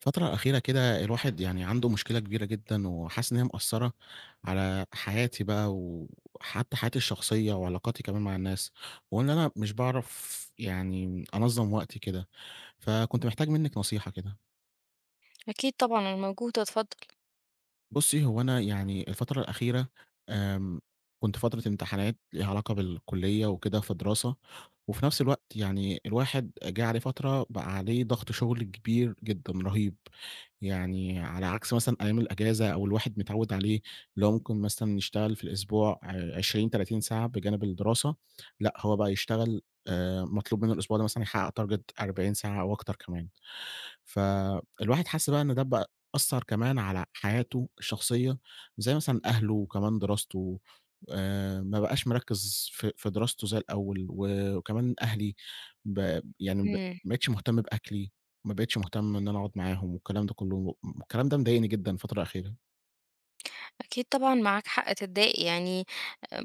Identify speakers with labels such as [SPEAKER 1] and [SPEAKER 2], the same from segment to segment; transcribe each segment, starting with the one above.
[SPEAKER 1] الفترة الأخيرة كده الواحد يعني عنده مشكلة كبيرة جدًا، وحاسس إن هي مأثّرة على حياتي بقى، وحتى حياتي الشخصية وعلاقاتي كمان مع الناس، وهو إن أنا مش باعرف يعني أنظّم وقتي كده، فكنت محتاج منِّك نصيحة كده.
[SPEAKER 2] أكيد طبعًا، أنا موجودة اتفضل.
[SPEAKER 1] بُصّي، هو أنا يعني الفترة الأخيرة آمم، كنت فترة امتحانات ليها علاقة بالكلية وكده في الدراسة، وفي نفس الوقت يعني الواحد جه عليه فترة بقى عليه ضغط شغل كبير جدًا، رهيب. يعني على عكس مثلًا أيام الأجازة أو الواحد متعوّد عليه، اللي هو ممكن مثلًا يشتغل في الأسبوع 20، 30 ساعة بجانب الدراسة، لأ هو بقى يشتغل مطلوب منه الأسبوع ده مثلًا يحقق target 40 ساعة أو أكتر كمان. فالواحد حَس بقى إن ده بقى أثّر كمان على حياته الشخصية، زي مثلًا أهله وكمان دراسته، ما بقاش مركّز في دراسته زي الأول، و وكمان أهلي ب يعني ب
[SPEAKER 2] إمم.
[SPEAKER 1] ما بقيتش مهتم بأكلي، ما بقيتش مهتم إن أنا أقعد معاهم والكلام ده كُلّه، الكلام ده مضايقني جدًا الفترة الأخيرة.
[SPEAKER 2] أكيد طبعًا معاك حق تتضايق، يعني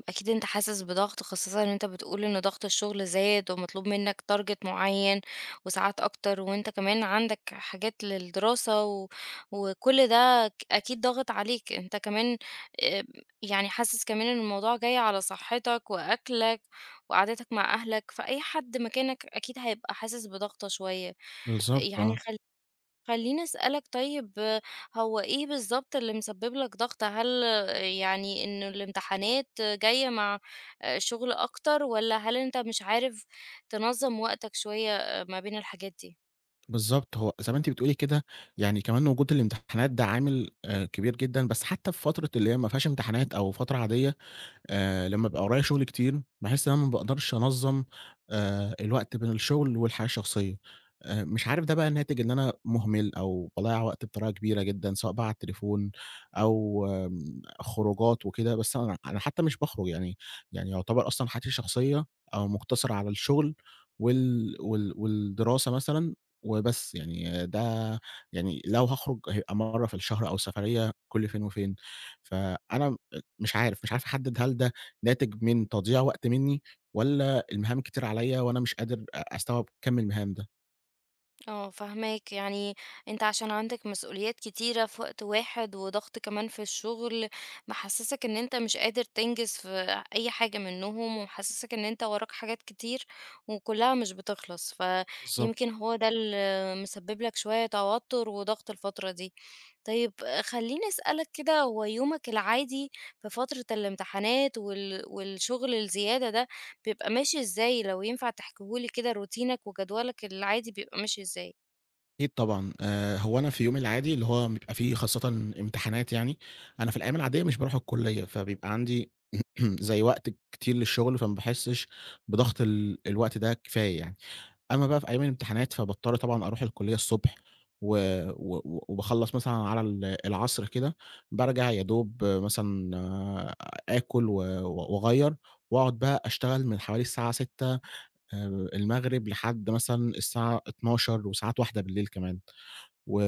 [SPEAKER 2] أكيد أنت حاسس بضغط، خاصةً إن أنت بتقول إن ضغط الشغل زاد ومطلوب منك target معين وساعات أكتر، وأنت كمان عندك حاجات للدراسة وكل ده أكيد ضاغط عليك. أنت كمان آمم، يعني حاسس كمان إن الموضوع جاي على صحتك وأكلك وقعدتك مع أهلك، فأي حد مكانك أكيد هيبقى حاسس بضغطة شوية.
[SPEAKER 1] بالضبط
[SPEAKER 2] يعني
[SPEAKER 1] آه.
[SPEAKER 2] خلّيني أسألك طيب، هو إيه بالضبط اللي مسبب لك ضغط؟ هل، يعني إن الامتحانات جاية مع شغل أكتر، والّا هل أنت مش عارف تنظّم وقتك شوية، ما بين الحاجات دي؟
[SPEAKER 1] بالضبط، هو زي ما أنتِ بتقولي كده، يعني كمان وجود الامتحانات ده عامل كبير جدًا، بس حتى في فترة اللي هي ما فيهاش امتحانات أو فترة عادية لمّا بيبقى ورايا شغل كتير، باحس إن أنا ما باقدرش أنظّم الوقت بين الشغل والحياة الشخصية. مش عارف ده بقى ناتج إن أنا مهمل أو باضيّع وقت بطريقة كبيرة جدًا، سواء بقى على التليفون أو خروجات وكده، بس أنا حتى مش باخرج يعني، يعني يعتبر أصلًا حياتي الشخصية أو مقتصرة على الشغل والدراسة مثلًا وبس، يعني آه، ده يعني لو هاخرج هيبقى مرّة في الشهر أو سفرية كل فين وفين. فأنا مش عارف، مش عارف أحدد هل ده ناتج من تضييع وقت منّي، والّا المهام كتير عليَّ وأنا مش قادر أستوعب كَم المهام ده.
[SPEAKER 2] آه، فاهماك، يعني أنت عشان عندك مسؤوليات كتيرة في وقت واحد، وضغط كمان في الشغل، محسسك إن أنت مش قادر تنجز في أي حاجة منهم، ومحسسك إن أنت وراك حاجات كتير وكلها مش بتخلص،
[SPEAKER 1] بالضبط.
[SPEAKER 2] فيمكن هو ده اللي مسبب لك شوية توتر وضغط الفترة دي. طيب، خلّيني أسألك كده، هو يومك العادي في فترة الامتحانات والشغل الزيادة ده بيبقى ماشي إزاي؟ لو ينفع تحكيه لي كده، روتينك وجدولك العادي بيبقى ماشي إزاي؟
[SPEAKER 1] أكيد طبعًا، هو أنا في يومي العادي اللي هو بيبقى فيه خاصةً امتحانات يعني، أنا في الأيام العادية مش باروح الكلية، فبيبقى عندي زي وقت كتير للشغل، فما باحسش بضغط الوقت ده كفاية يعني. أما بقى في أيام الامتحانات، فباضطر طبعًا أروح الكلية الصبح و و و وباخلّص مثلًا على العصر كده، بارجع يا دوب مثلًا آكل و و- وأغيّر وأقعد بقى أشتغل من حوالي الساعة 18:00 المغرب لحد مثلًا الساعة 00:00 وساعات 01:00 كمان. و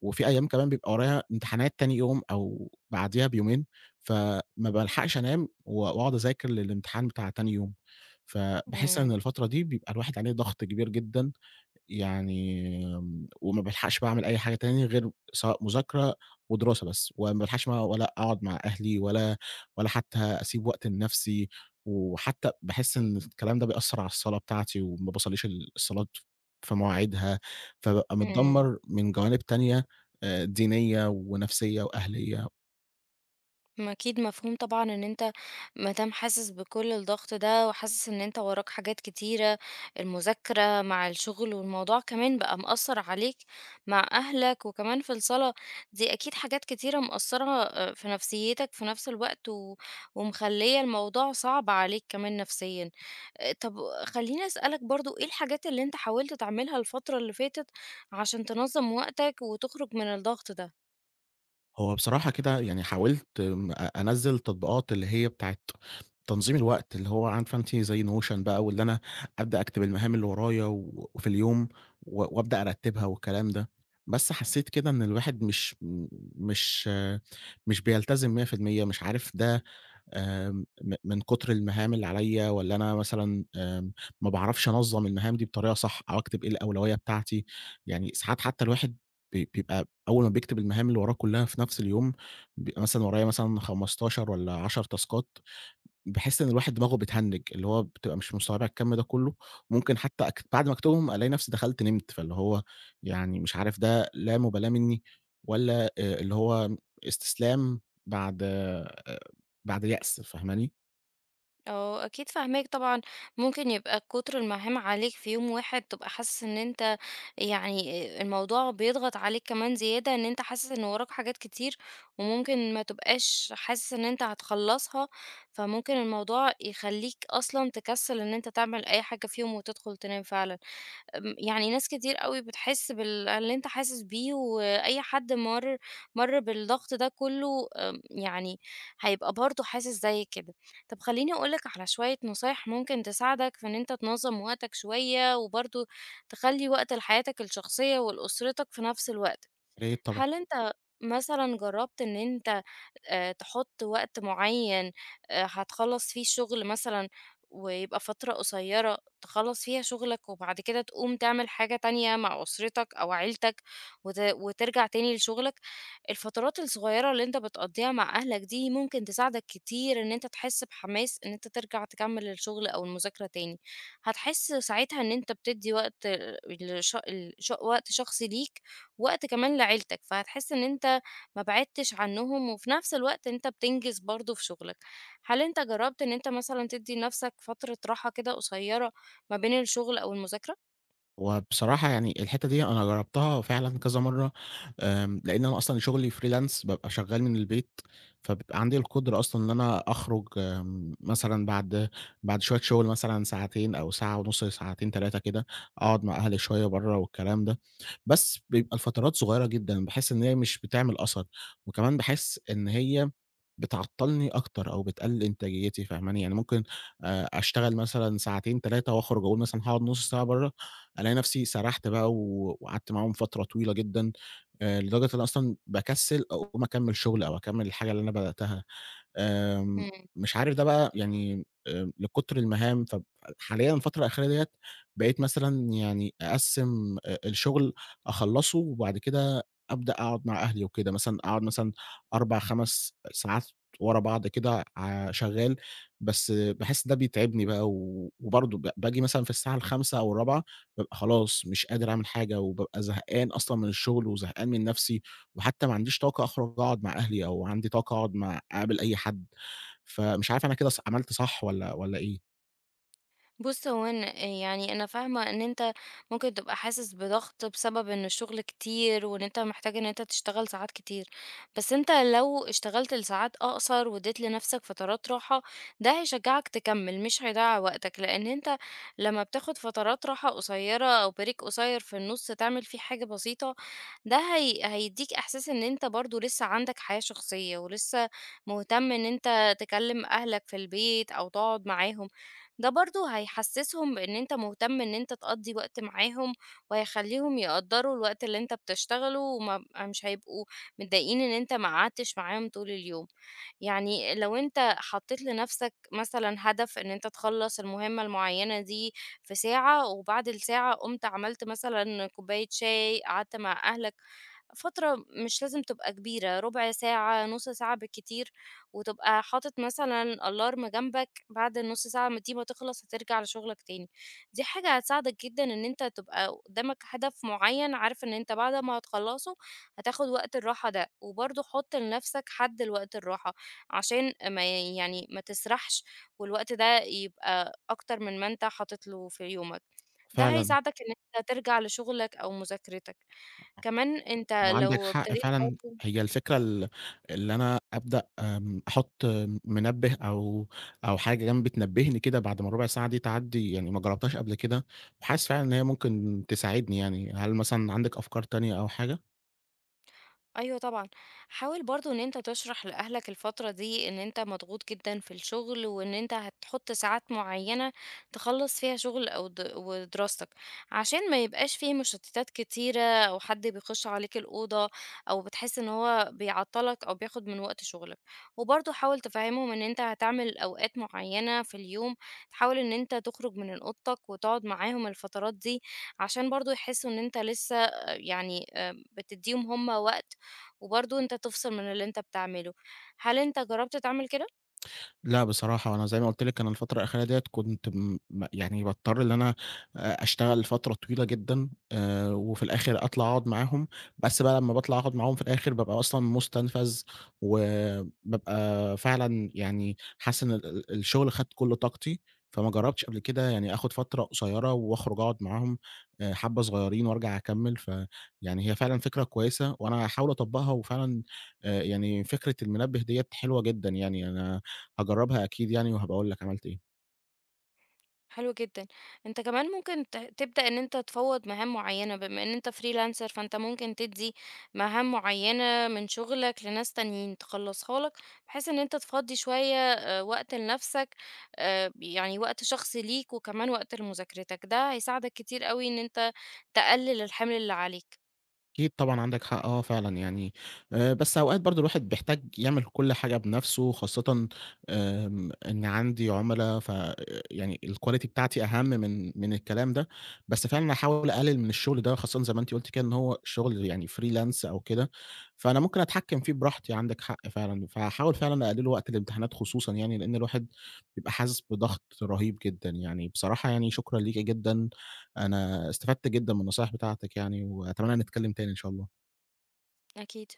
[SPEAKER 1] وفي أيام كمان بيبقى ورايا امتحانات تاني يوم أو بعديها بيومين، فما بالحقش أنام و وأقعد أذاكر للامتحان بتاع تاني يوم. فباحس إن
[SPEAKER 2] إمم،
[SPEAKER 1] الفترة دي بيبقى الواحد عليه ضغط كبير جدًا يعني وما بالحقش باعمل أي حاجة تاني غير سواء مذاكرة ودراسة بس، وما بالحقش ما ولا أقعد مع أهلي ولا حتى أسيب وقت لنفسي، وحتى باحس إن الكلام ده بيأثّر على الصلاة بتاعتي وما باصلّيش الصلاة في مواعيدها، فبابقى
[SPEAKER 2] إمم.
[SPEAKER 1] متدمّر من جوانب تانية دينية ونفسية وأهلية.
[SPEAKER 2] ما أكيد مفهوم طبعًا إن أنت ما دام حاسس بكل الضغط ده، وحاسس إن أنت وراك حاجات كتيرة، المذاكرة مع الشغل، والموضوع كمان بقى مأثّر عليك مع أهلك، وكمان في الصلاة، دي أكيد حاجات كتيرة مأثّرة في نفسيتك في نفس الوقت، ومخلية الموضوع صعب عليك كمان نفسيًا. طب خلّيني أسألك برضه، إيه الحاجات اللي أنت حاولت تعملها الفترة اللي فاتت عشان تنظّم وقتك وتخرج من الضغط ده؟
[SPEAKER 1] هو بصراحة كده يعني حاولت م أ أنزّل تطبيقات اللي هي بتاعة تنظيم الوقت، اللي هو عارفة أنتِ زي notion بقى واللي أنا أبدأ أكتب المهام اللي ورايا و وفي اليوم و وأبدأ أرتّبها والكلام ده، بس حسّيت كده إن الواحد مش آه، مش بيلتزم 100%. مش عارف ده آمم، م من كتر المهام اللي عليَّ والّا أنا مثلًا ما باعرفش أنظّم المهام دي بطريقة صح أو أكتب إيه الأولوية بتاعتي، يعني ساعات حتى الواحد بيبقى أول ما بيكتب المهام اللي وراه كلها في نفس اليوم، بيبقى مثلًا ورايا مثلًا 15 والّا 10 تاسكات، باحس إن الواحد دماغه بتهنِّج، اللي هو بتبقى مش مستوعبة الكَم ده كلّه، ممكن حتى بعد ما أكتبهم ألاقي نفسي دخلت نمت، فاللي هو يعني مش عارف ده لا مبالاة منّي والّا اللي هو استسلام بعد بعد يأس، فاهماني؟
[SPEAKER 2] اه، اكيد فاهماك طبعا. ممكن يبقى كتر المهام عليك في يوم واحد تبقى حاسس ان انت، يعني الموضوع بيضغط عليك كمان زيادة، ان انت حاسس ان وراك حاجات كتير وممكن ما تبقاش حاسس ان انت هتخلصها. فممكن الموضوع يخليك اصلا تكسل ان انت تعمل اي حاجة فيهم وتدخل تنام فعلا. يعني ناس كتير أوي بتحس باللي أنت حاسس بيه، وأي حد مَر بالضغط ده كُلّه، يعني هيبقى برضه حاسس زي كده. طب، خلّيني أقول لك على شوية نصايح ممكن تساعدك في إن أنت تنظّم وقتك شوية، وبرضه تخلّي وقت لحياتك الشخصية ولأسرتك في نفس الوقت.
[SPEAKER 1] يا ريت طبعًا.
[SPEAKER 2] هل أنت مثلًا جرّبت إن، تحُط وقت معيّن، هتخلّص فيه الشغل مثلًا، ويبقى فترة قصيّرة تخلّص فيها شغلك، وبعد كده تقوم تعمل حاجة تانية مع أسرتك أو عيلتك، وترجع تاني لشغلك. الفترات الصغيّرة اللي أنت بتقضّيها مع أهلك دي ممكن تساعدك كتير، إن أنت تحس بحماس إن أنت ترجع تكمّل الشغل أو المذاكرة تاني. هتحس ساعتها إن أنت بتدّي وقت، لش لش وقت شخصي ليك، وقت كمان لعيلتك، فهتحس إن انت ما بعدتش عنهم، وفي نفس الوقت أنت بتنجز برضه في شغلك. هل أنت جرّبت إن أنت مثلًا تدّي لنفسك فترة راحة كده قصيّرة ما بين الشغل أو المذاكرة؟
[SPEAKER 1] وبصراحة يعني الحتّة دي أنا جرّبتها فعلًا كذا مرّة، لإن أنا أصلًا شغلي freelance بابقى شغّال من البيت، فبيبقى عندي القدرة أصلًا إن أنا أخرج مثلًا بعد شوية شغل مثلًا ساعتين أو ساعة ونُص لساعتين 3 كده، أقعد مع أهلي شوية برّه والكلام ده، بس بيبقى لفترات صغيّرة جدًا، باحس إن هي مش بتعمل أثر، وكمان باحس إن هي بتعطّلني أكتر أو بتقلّل إنتاجيتي فاهماني، يعني ممكن أشتغل مثلًا ساعتين 3 وأخرج أقول مثلًا هاقعد نُص ساعة برّه، ألاقي نفسي سرحت بقى و وقعدت معاهم فترة طويلة جدًا، لدرجة إن أنا أصلًا باكسّل أقوم أكمّل شغل أو أكمّل الحاجة اللي أنا بدأتها. آمم،
[SPEAKER 2] إمم.
[SPEAKER 1] مش عارف ده بقى يعني لكتر المهام. طب حاليًا الفترة الأخيرة ديّة بقيت مثلًا يعني أقسّم الشغل أخلّصه وبعد كده أبدأ أقعد مع أهلي وكده، مثلًا أقعد مثلًا 4، 5 ساعات ورا بعض كده ع شغّال، بس باحس ده بيتعبني بقى و وبرضه باجي مثلًا في الساعة ال17:00 أو ال16:00 بابقى خلاص مش قادر أعمل حاجة، وبابقى زهقان أصلًا من الشغل وزهقان من نَفْسي. وحتى ما عنديش طاقة أخرج أقعد مع أهلي أو عندي طاقة أقعد مع أقابل أي حد، فمش عارف أنا كده عملت صح والّا إيه؟
[SPEAKER 2] بُص، هو أنا يعني أنا فاهمة إن أنت ممكن تبقى حاسس بضغط بسبب إن الشغل كتير، وإن أنت محتاج إن أنت تشتغل ساعات كتير، بس أنت لو اشتغلت لساعات أقصر واديت لنفسك فترات راحة، ده هيشجعك تكمل، مش هيضيّع وقتك، لإن أنت لمّا بتاخد فترات راحة قصيرة أو break قصير في النُص تعمل فيه حاجة بسيطة، ده هيدّيك إحساس إن أنت برضه لسه عندك حياة شخصية، ولسه مهتم إن أنت تكلّم أهلك في البيت أو تقعد معاهم. ده برضه هيحسّسهم بإن أنت مهتم إن أنت تقضّي وقت معاهم، وهيخلّيهم يقدّروا الوقت اللي أنت بتشتغله، وما ب مش هيبقوا متضايقين إن أنت ما قعدتش معاهم طول اليوم. يعني لو أنت حطّيت لنَفْسك مثلًا هدف إن أنت تخلّص المهمة المعيّنة دي في ساعة، وبعد الساعة قُمت عملت مثلًا كوباية شاي، قعدت مع أهلك فترة مش لازم تبقى كبيرة، ربع ساعة، نُص ساعة بالكتير، وتبقى حاطط مثلًا ألارم جنبك بعد النُص ساعة ما دي ما تخلص هترجع لشغلك تاني. دي حاجة هتساعدك جدًا، إن أنت تبقى قدامك هدف معيّن عارف إن أنت بعد ما هتخلّصه هتاخد وقت الراحة ده، وبرضه حُط لنفسك حد لوقت الراحة، عشان ما، يعني ما تسرحش والوقت ده يبقى أكتر من ما أنت حاطط له في يومك. ده
[SPEAKER 1] فعلًا،
[SPEAKER 2] هيساعدك إن أنت ترجع لشغلك أو مذاكرتك. كمان أنت
[SPEAKER 1] وعندك
[SPEAKER 2] لو
[SPEAKER 1] حق
[SPEAKER 2] ابتديت
[SPEAKER 1] فعلًا،
[SPEAKER 2] برضه.
[SPEAKER 1] هي الفكرة اللي أنا أبدأ أحُط منبه أو حاجة جنبي تنبهني كده بعد ما الربع ساعة دي تعدّي، يعني ما جربتهاش قبل كده، وحاسس فعلًا إن هي ممكن تساعدني يعني، هل مثلًا عندِك أفكار تانية أو حاجة؟
[SPEAKER 2] أيوه، طبعًا، حاول برضه إن أنت تشرح لأهلك الفترة دي إن أنت مضغوط جدًا في الشغل، وإن أنت هتحط ساعات معيّنة تخلّص فيها شغل أو ودراستك، عشان ما يبقاش في مشتتات كتيرة أو حد بيخش عليك الأوضة، أو بتحس إن هو بيعطّلك أو بياخد من وقت شغلك. وبرضه حاول تفهّمهم إن أنت هتعمل أوقات معيّنة في اليوم، تحاول إن أنت تخرج من أوضتك وتقعد معاهم الفترات دي، عشان برضه يحسوا إن أنت لسه، يعني بتدّيهم هُم وقت، وبرضه أنت تفصل من اللي أنت بتعمله. هل أنت جرّبت تعمل كده؟
[SPEAKER 1] لأ بصراحة، أنا زي ما قُلت لِك أنا الفترة الأخيرة ديّة كنت م م يعني باضطر إن أنا أشتغل فترة طويلة جدًا وفي الآخر أطلع أقعد معاهم، بس بقى لمّا باطلع أقعد معاهم في الآخر بابقى أصلًا مُستنفذ، وبابقى فعلًا يعني حاسس إن ال ال الشغل خَد كل طاقتي، فما جرّبتش قبل كده يعني آخُد فترة قصيّرة وأخرج أقعد معاهم حبّة صغيّرين وأرجع أكمّل، فيعني هي فعلًا فكرة كويسة وأنا هاحاول أطبّقها وفعلًا يعني فكرة المنبه ديّة حلوة جدًا يعني أنا هاجرّبها أكيد يعني وهابقى أقول لك عملت إيه.
[SPEAKER 2] حلو جدًا. أنت كمان ممكن تبدأ إن أنت تفوّض مهام معيّنة، بما إن أنت freelancer فأنت ممكن تدّي مهام معيّنة من شغلك لناس تانيين تخلّصها لك، بحيث إن أنت تفضّي شوية وقت لنفسك، يعني وقت شخصي ليك وكمان وقت لمذاكرتك. ده هيساعدك كتير أوي إن أنت تقلل الحمل اللي عليك.
[SPEAKER 1] أكيد طبعًا عندك حق فعلًا يعني بس أوقات برضه الواحد بيحتاج يعمل كل حاجة بنَفْسه خاصةً إن عندي عُملا ف يعني الquality بتاعتي أهم من الكلام ده، بس فعلًا هاحاول أقلل من الشغل ده خاصةً زي ما أنتِ قُلتِ كده إن هو شغل يعني freelance أو كده، فأنا ممكن أتحكّم فيه براحتي عندك حق فعلًا، فهاحاول فعلًا أقلله وقت الامتحانات خصوصًا يعني لإن الواحد بيبقى حاسس بضغط رهيب جدًا يعني، بصراحة يعني شكرًا ليكِ جدًا أنا استفدت جدًا من النصايح بتاعتك يعني، وأتمنى نتكلم تاني إن شاء الله.
[SPEAKER 2] أكيد.